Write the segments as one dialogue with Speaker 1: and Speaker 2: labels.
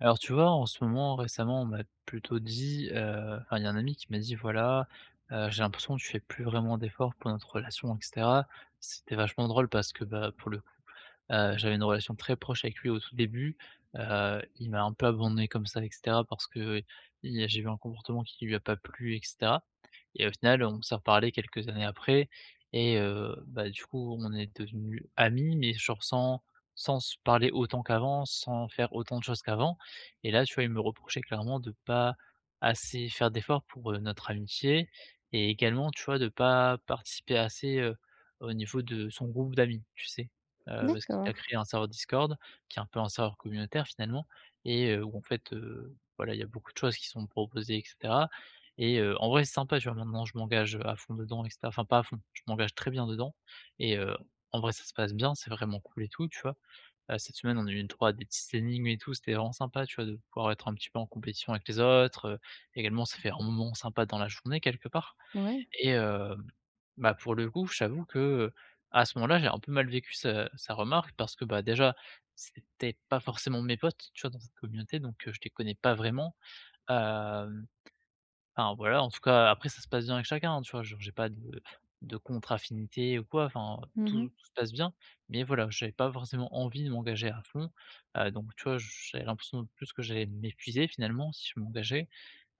Speaker 1: Alors tu vois, en ce moment, récemment, on m'a plutôt dit, enfin il y a un ami qui m'a dit: «Voilà, j'ai l'impression que tu fais plus vraiment d'efforts pour notre relation et cetera». C'était vachement drôle parce que, bah, pour le coup, j'avais une relation très proche avec lui au tout début, il m'a un peu abandonné comme ça et cetera parce que il j'ai eu un comportement qui lui a pas plu et cetera et au final, on s'est reparlé quelques années après et bah, du coup, on est devenus amis mais genre sans se parler autant qu'avant, sans faire autant de choses qu'avant et là, tu vois, il me reprochait clairement de pas assez faire d'efforts pour, notre amitié et également, tu vois, de pas participer assez, au niveau de son groupe d'amis, tu sais? Parce qu'il a
Speaker 2: D'accord,
Speaker 1: créé un serveur Discord qui est un peu un serveur communautaire finalement et où en fait, voilà, il y a beaucoup de choses qui sont proposées et cetera et en vrai, c'est sympa, tu vois? Maintenant, je m'engage, à fond dedans et cetera. Enfin, pas à fond, je m'engage très bien dedans et en vrai, ça se passe bien, c'est vraiment cool et tout, tu vois? Cette semaine, on a eu une 3 des petites énigmes et tout, c'était vraiment sympa, tu vois, de pouvoir être un petit peu en compétition avec les autres, également ça fait un moment sympa dans la journée quelque part
Speaker 2: ouais.
Speaker 1: et bah, pour le coup, j'avoue que, à ce moment-là, j'ai un peu mal vécu sa remarque parce que, bah, déjà, c'était pas forcément mes potes, tu vois, dans cette communauté donc je les connais pas vraiment. Hem Enfin voilà, en tout cas, après ça se passe bien avec chacun, hein, tu vois? Genre j'ai pas de contre-affinité ou quoi, enfin, tout
Speaker 2: Mmh.
Speaker 1: tout se passe bien. Mais voilà, j'avais pas forcément envie de m'engager à fond, donc tu vois? J'avais l'impression de plus que j'allais m'épuiser finalement si je m'engageais,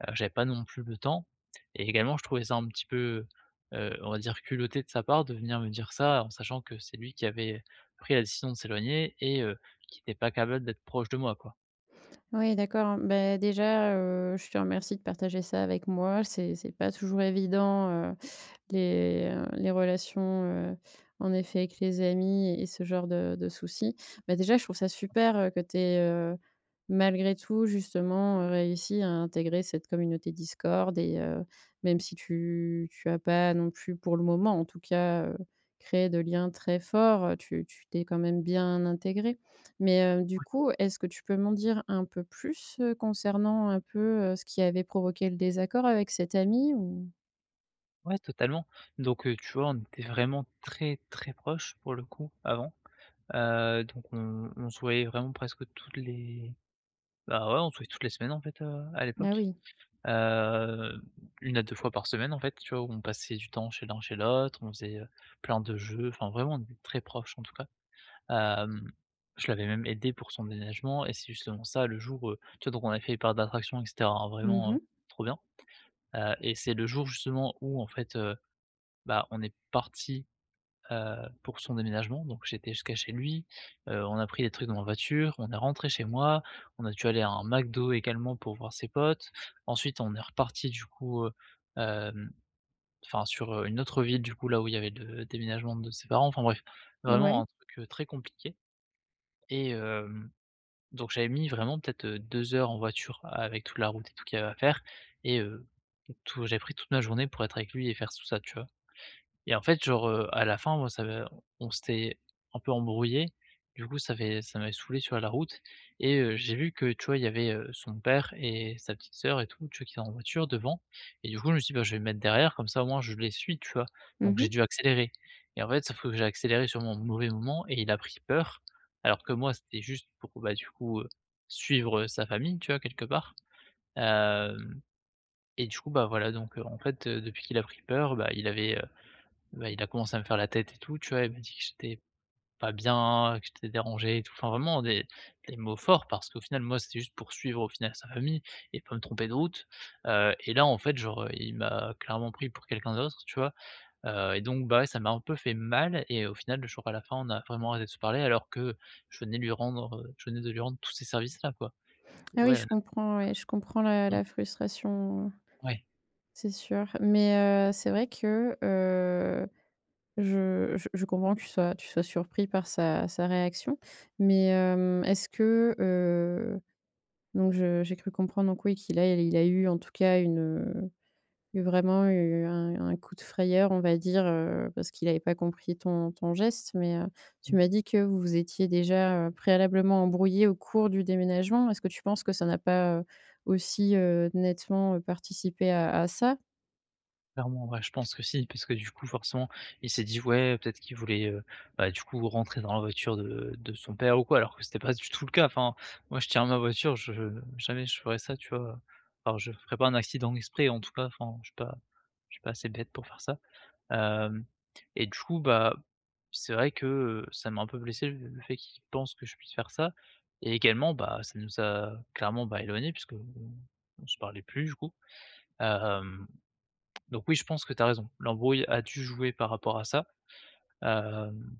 Speaker 1: j'avais pas non plus le temps et également je trouvais ça un petit peu, on va dire culotté de sa part de venir me dire ça en sachant que c'est lui qui avait pris la décision de s'éloigner et qui n'était pas capable d'être proche de moi, quoi.
Speaker 2: Oui, d'accord. Ben déjà, je te remercie de partager ça avec moi. C'est pas toujours évident, les relations, en effet avec les amis et ce genre de soucis. Ben déjà, je trouve ça super, que tu aies, malgré tout justement, réussi à intégrer cette communauté Discord et même si tu as pas non plus pour le moment en tout cas, créé de liens très forts, tu t'es quand même bien intégré. Mais, du coup, est-ce que tu peux m'en dire un peu plus, concernant un peu, ce qui avait provoqué le désaccord avec cet ami ou?
Speaker 1: Ouais, totalement. Donc, tu vois, on était vraiment très, très proches pour le coup avant. Donc on se voyait vraiment presque toutes les bah, ouais, on se voyait toutes les semaines en fait, à
Speaker 2: Ah
Speaker 1: l'époque.
Speaker 2: oui.
Speaker 1: Heu, 1 à 2 fois par semaine en fait, tu vois? Où on passait du temps chez l'un chez l'autre, on faisait, plein de jeux, enfin vraiment on était très proches en tout cas. Hem, je l'avais même aidé pour son déménagement et c'est justement ça le jour, tu vois? Donc on a fait les parcs d'attractions et cetera, hein, vraiment,
Speaker 2: Mmh.
Speaker 1: trop bien. Et c'est le jour justement où en fait, bah, on est parti pour son déménagement, donc j'étais jusqu'à chez lui, on a pris des trucs dans la voiture, on est rentré chez moi, on a dû aller à un McDo également pour voir ses potes. Ensuite, on est reparti du coup, hem, enfin sur, une autre ville du coup là où il y avait le déménagement de ses parents, enfin bref, vraiment
Speaker 2: Ouais.
Speaker 1: un truc, très compliqué et donc j'avais mis vraiment peut-être, 2 heures en voiture avec toute la route et tout qu'il y avait à faire et tout j'avais pris toute ma journée pour être avec lui et faire tout ça, tu vois? Et en fait, genre, à la fin, moi, ça m'a on s'était un peu embrouillé. Du coup, ça m'avait saoulé sur la route et j'ai vu que, tu vois, il y avait, son père et sa petite sœur et tout, tu vois, qui étaient en voiture devant et du coup, je me suis dit: «Bah, je vais me mettre derrière, comme ça, au moins, je les suis», tu vois? Donc
Speaker 2: Mmh.
Speaker 1: j'ai dû accélérer et en fait, sauf que j'ai accéléré sur mon mauvais moment et il a pris peur, alors que moi, c'était juste pour, bah, du coup, suivre, sa famille, tu vois, quelque part. Hem Et du coup, bah, voilà, donc en fait, depuis qu'il a pris peur, bah, bah, il a commencé à me faire la tête et tout, tu vois? Il m'a dit que j'étais pas bien, que j'étais dérangé et tout. Enfin, vraiment des mots forts parce qu'au final, moi, c'était juste pour suivre, au final, sa famille et pas me tromper de route, et là, en fait, genre, il m'a clairement pris pour quelqu'un d'autre, tu vois? Et donc, bah, ouais, ça m'a un peu fait mal et au final, le jour à la fin, on a vraiment arrêté de se parler alors que je venais de lui rendre tous ces services-là, quoi et
Speaker 2: Ah oui,
Speaker 1: ouais, on
Speaker 2: je
Speaker 1: a
Speaker 2: comprends, ouais, je comprends la
Speaker 1: rompu.
Speaker 2: frustration,
Speaker 1: Ouais.
Speaker 2: c'est sûr. Mais, c'est vrai que, je comprends que tu sois surpris par sa réaction. Mais, est-ce que, donc je j'ai cru comprendre donc oui qu'il a eu en tout cas une, eu vraiment eu un coup de frayeur, on va dire, parce qu'il n'avait pas compris ton geste, mais, tu m'as dit que vous vous étiez déjà, préalablement embrouillé au cours du déménagement. Est-ce que tu penses que ça n'a pas, aussi, nettement, participé à ça?
Speaker 1: Clairement, ouais, je pense que si, parce que du coup, forcément, il s'est dit: «Ouais, peut-être qu'il voulait, bah, du coup, rentrer dans la voiture de son père ou quoi», alors que c'était pas du tout le cas. Enfin, moi, je tiens ma voiture, je jamais je ferais ça, tu vois? Alors je ferais pas un accident exprès, en tout cas, enfin, je suis pas assez bête pour faire ça. Hem Et du coup, bah, c'est vrai que, ça m'a un peu blessé le fait qu'il pense que je puisse faire ça et également, bah, ça nous a clairement, bah, éloignés puisque on se parlait plus, du coup. Hem Donc oui, je pense que tu as raison. L'embrouille a dû jouer par rapport à ça. Hem,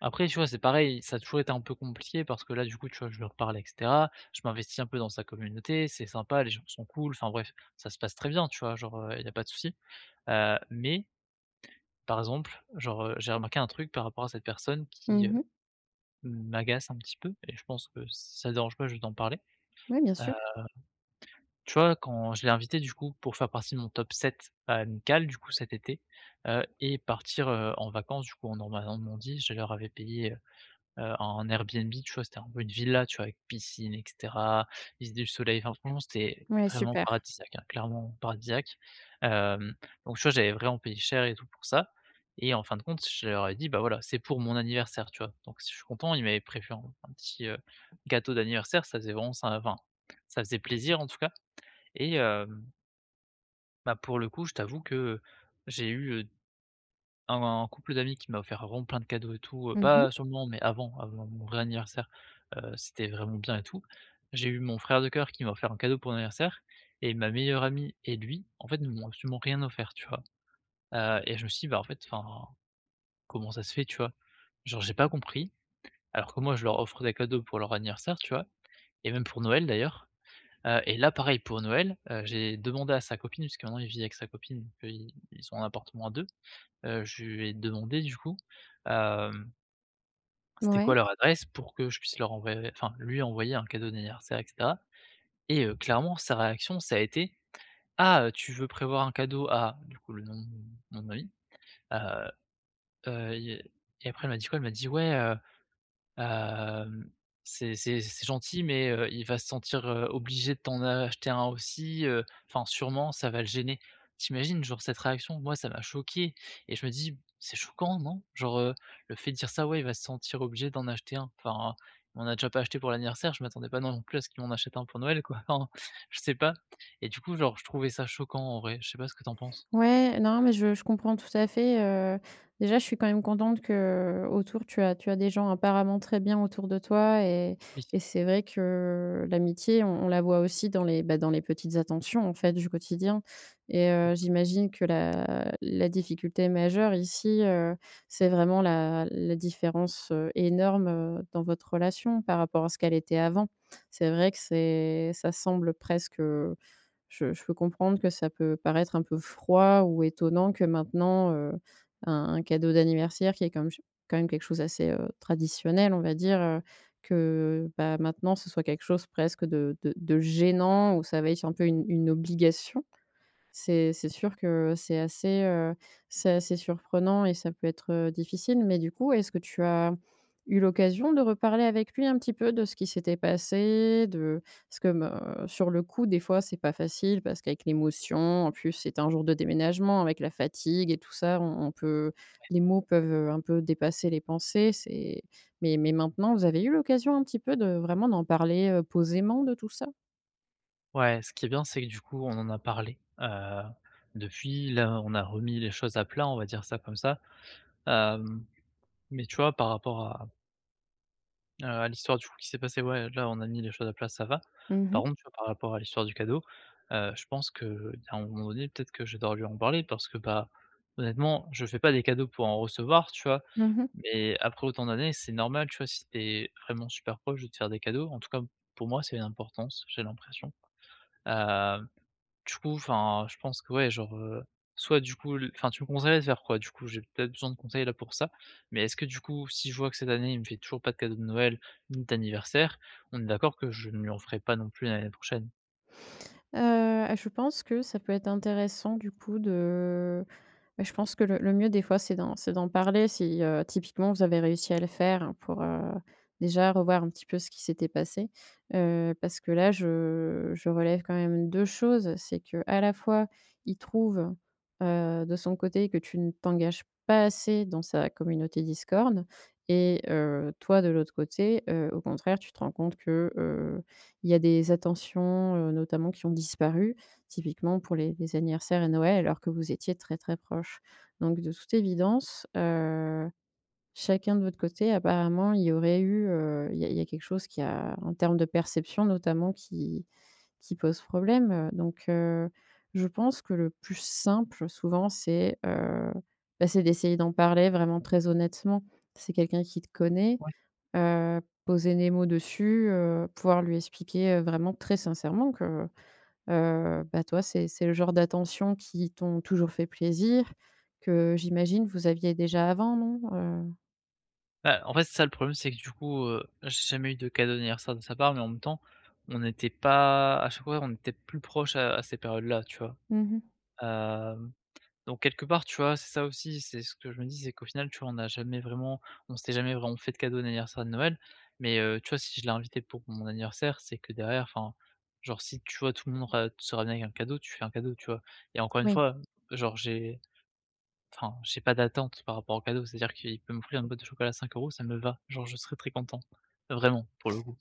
Speaker 1: Après, tu vois, c'est pareil, ça a toujours été un peu compliqué parce que là, du coup, tu vois, je lui reparle et cetera. Je m'investis un peu dans sa communauté, c'est sympa, les gens sont cool, enfin bref, ça se passe très bien, tu vois? Genre, il n'y a pas de souci. Mais par exemple, genre, j'ai remarqué un truc par rapport à cette personne qui,
Speaker 2: Mmh.
Speaker 1: m'agace un petit peu et je pense que si ça te dérange pas, je vais t'en parler.
Speaker 2: Oui, bien sûr.
Speaker 1: Tu vois, quand je l'ai invité du coup pour faire partie de mon top 7 amical du coup cet été, et partir, en vacances du coup en Normandie, je leur avais payé, un Airbnb, tu vois? C'était un peu une villa, tu vois? Avec piscine et cetera, mise du soleil, enfin franchement c'était
Speaker 2: Ouais,
Speaker 1: vraiment
Speaker 2: super.
Speaker 1: paradisiaque, hein, clairement paradisiaque. Hem, donc tu vois, j'avais vraiment payé cher et tout pour ça et en fin de compte, je leur ai dit: «Bah, voilà, c'est pour mon anniversaire», tu vois? Donc je suis content, ils m'avaient prévu un petit, gâteau d'anniversaire, ça faisait vraiment ça enfin, ça faisait plaisir en tout cas et bah, pour le coup, je t'avoue que j'ai eu, un couple d'amis qui m'a offert vraiment plein de cadeaux et tout,
Speaker 2: Mmh.
Speaker 1: pas sur le moment, mais avant mon vrai anniversaire, c'était vraiment bien et tout. J'ai eu mon frère de cœur qui m'a offert un cadeau pour mon anniversaire et ma meilleure amie et lui, en fait, ne m'ont absolument rien offert, tu vois? Et je me suis dit: «Bah, en fait, enfin, comment ça se fait?» tu vois? Genre, j'ai pas compris, alors que moi, je leur offre des cadeaux pour leur anniversaire, tu vois? Et même pour Noël, d'ailleurs. Et là, pareil pour Noël, j'ai demandé à sa copine, puisque maintenant il vit avec sa copine, qu'ils ont un appartement à 2, je lui ai demandé du coup, hem, c'était quoi
Speaker 2: Ouais.
Speaker 1: leur adresse pour que je puisse leur envoyer enfin lui envoyer un cadeau d'anniversaire et cetera et clairement sa réaction ça a été: «Ah, tu veux prévoir un cadeau à» du coup le nom de mon ami, heu, heu et et après elle m'a dit quoi? Elle m'a dit: «Ouais, Hem, c'est gentil, mais il va se sentir, obligé de t'en acheter un aussi, enfin sûrement ça va le gêner. Tu Genre cette réaction? Moi ça m'a choqué et je me dis: «C'est choquant, non?» genre, le fait de dire ça, ouais, il va se sentir obligé d'en acheter un. Enfin, il m'en a déjà pas acheté pour l'anniversaire, je m'attendais pas non plus à ce qu'il m'en achète un pour Noël quoi, enfin, je sais pas et du coup genre je trouvais ça choquant en vrai, je sais pas ce que t'en penses?
Speaker 2: Ouais, non, mais je comprends tout à fait, déjà, je suis quand même contente que autour tu as des gens apparemment très bien autour de toi
Speaker 1: Oui.
Speaker 2: et c'est vrai que l'amitié, on la voit aussi dans les, bah, dans les petites attentions, en fait, du quotidien et j'imagine que la difficulté majeure ici, c'est vraiment la différence, énorme, dans votre relation par rapport à ce qu'elle était avant. C'est vrai que c'est ça semble presque, je peux comprendre que ça peut paraître un peu froid ou étonnant que maintenant, un cadeau d'anniversaire qui est comme quand même quelque chose assez traditionnel, on va dire, que, bah, maintenant ce soit quelque chose presque de de gênant où ça va être un peu une obligation. C'est sûr que c'est assez surprenant et ça peut être, difficile. Mais du coup, est-ce que tu as eu l'occasion de reparler avec lui un petit peu de ce qui s'était passé? De parce que, me sur le coup, des fois, c'est pas facile parce qu'avec l'émotion, en plus, c'était un jour de déménagement, avec la fatigue et tout ça, on peut les mots peuvent, un peu dépasser les pensées. C'est mais maintenant, vous avez eu l'occasion un petit peu de vraiment d'en parler, posément de tout ça?
Speaker 1: Ouais, ce qui est bien, c'est que du coup, on en a parlé, depuis. Là, on a remis les choses à plat, on va dire ça comme ça. Hem, mais tu vois, par rapport à, à l'histoire du coup qui s'est passée, ouais, là, on a mis les choses à plat, ça va.
Speaker 2: Mmh
Speaker 1: Par
Speaker 2: mh.
Speaker 1: contre, tu vois, par rapport à l'histoire du cadeau, je pense qu'il y un moment donné, peut-être que je dois lui en parler parce que, bah, honnêtement, je fais pas des cadeaux pour en recevoir, tu vois?
Speaker 2: Mmh.
Speaker 1: Mais après autant d'années, c'est normal, tu vois, si t'es vraiment super proche de te faire des cadeaux. En tout cas, pour moi, c'est une importance, j'ai l'impression. Hem Du coup, enfin, je pense que ouais, genre, soit du coup l enfin, tu me conseillerais de faire quoi, du coup? J'ai peut-être besoin de conseils là pour ça, mais est-ce que du coup, si je vois que cette année, il me fait toujours pas de cadeau de Noël ni d'anniversaire, on est d'accord que je ne lui en ferai pas non plus l'année prochaine?
Speaker 2: Je pense que ça peut être intéressant du coup de mais je pense que le mieux des fois, c'est d'en parler si, typiquement vous avez réussi à le faire hein, pour, déjà revoir un petit peu ce qui s'était passé. Parce que là, je relève quand même 2 choses. C'est que à la fois, il trouve, de son côté que tu ne t'engages pas assez dans sa communauté Discord et toi de l'autre côté, au contraire, tu te rends compte que, il y a des attentions, notamment qui ont disparu typiquement pour les anniversaires et Noël, alors que vous étiez très, très proches. Donc de toute évidence, chacun de votre côté, apparemment, il y aurait eu, il y a quelque chose qui a en termes de perception notamment qui pose problème, donc je pense que le plus simple souvent c'est, bah, c'est d'essayer d'en parler vraiment très honnêtement. C'est quelqu'un qui te connaît,
Speaker 1: Ouais.
Speaker 2: poser les mots dessus, pouvoir lui expliquer, vraiment très sincèrement que bah, toi, c'est le genre d'attention qui t'ont toujours fait plaisir, que j'imagine vous aviez déjà avant, non?
Speaker 1: Bah, en fait, c'est ça le problème, c'est que du coup, j'ai jamais eu de cadeau d'anniversaire de sa part, mais en même temps, on n'était pas à chaque fois, on était plus proche à ces périodes-là, tu vois?
Speaker 2: Mmh
Speaker 1: Donc quelque part, tu vois, c'est ça aussi, c'est ce que je me dis, c'est qu'au final, tu vois, on s'était jamais vraiment fait de cadeau d'anniversaire de Noël, mais tu vois, si je l'ai invité pour mon anniversaire, c'est que derrière, enfin, genre, si, tu vois, tout le monde ra se ramène avec un cadeau, tu fais un cadeau, tu vois? Et encore une
Speaker 2: Oui.
Speaker 1: fois, genre, j'ai enfin, j'ai pas d'attente par rapport au cadeau, c'est-à-dire qu'il peut m'offrir une boîte de chocolat à 5 € ça me va, genre, je serais très content, vraiment, pour le coup.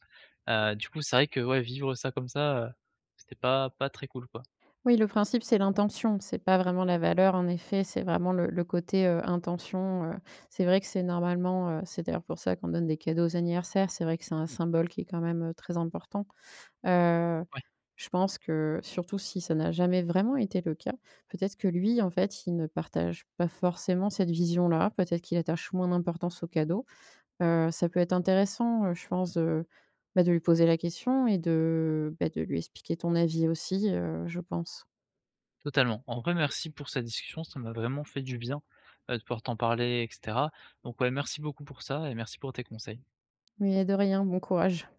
Speaker 1: Du coup, c'est vrai que, ouais, vivre ça comme ça, c'était pas très cool, quoi.
Speaker 2: Oui, le principe, c'est l'intention, c'est pas vraiment la valeur en effet, c'est vraiment le côté, intention, c'est vrai que c'est normalement, c'est d'ailleurs pour ça qu'on donne des cadeaux aux anniversaires, c'est vrai que c'est un symbole qui est quand même, très important. Heu, je pense que surtout si ça n'a jamais vraiment été le cas, peut-être que lui, en fait, il ne partage pas forcément cette vision-là. Peut-être qu'il attache moins d'importance au cadeau. Ça peut être intéressant, je pense de, bah, de lui poser la question et de, bah, de lui expliquer ton avis aussi, je pense.
Speaker 1: Totalement. En vrai, merci pour cette discussion, ça m'a vraiment fait du bien, de pouvoir t'en parler et cetera. Donc ouais, merci beaucoup pour ça et merci pour tes conseils.
Speaker 2: Mais de rien, bon courage.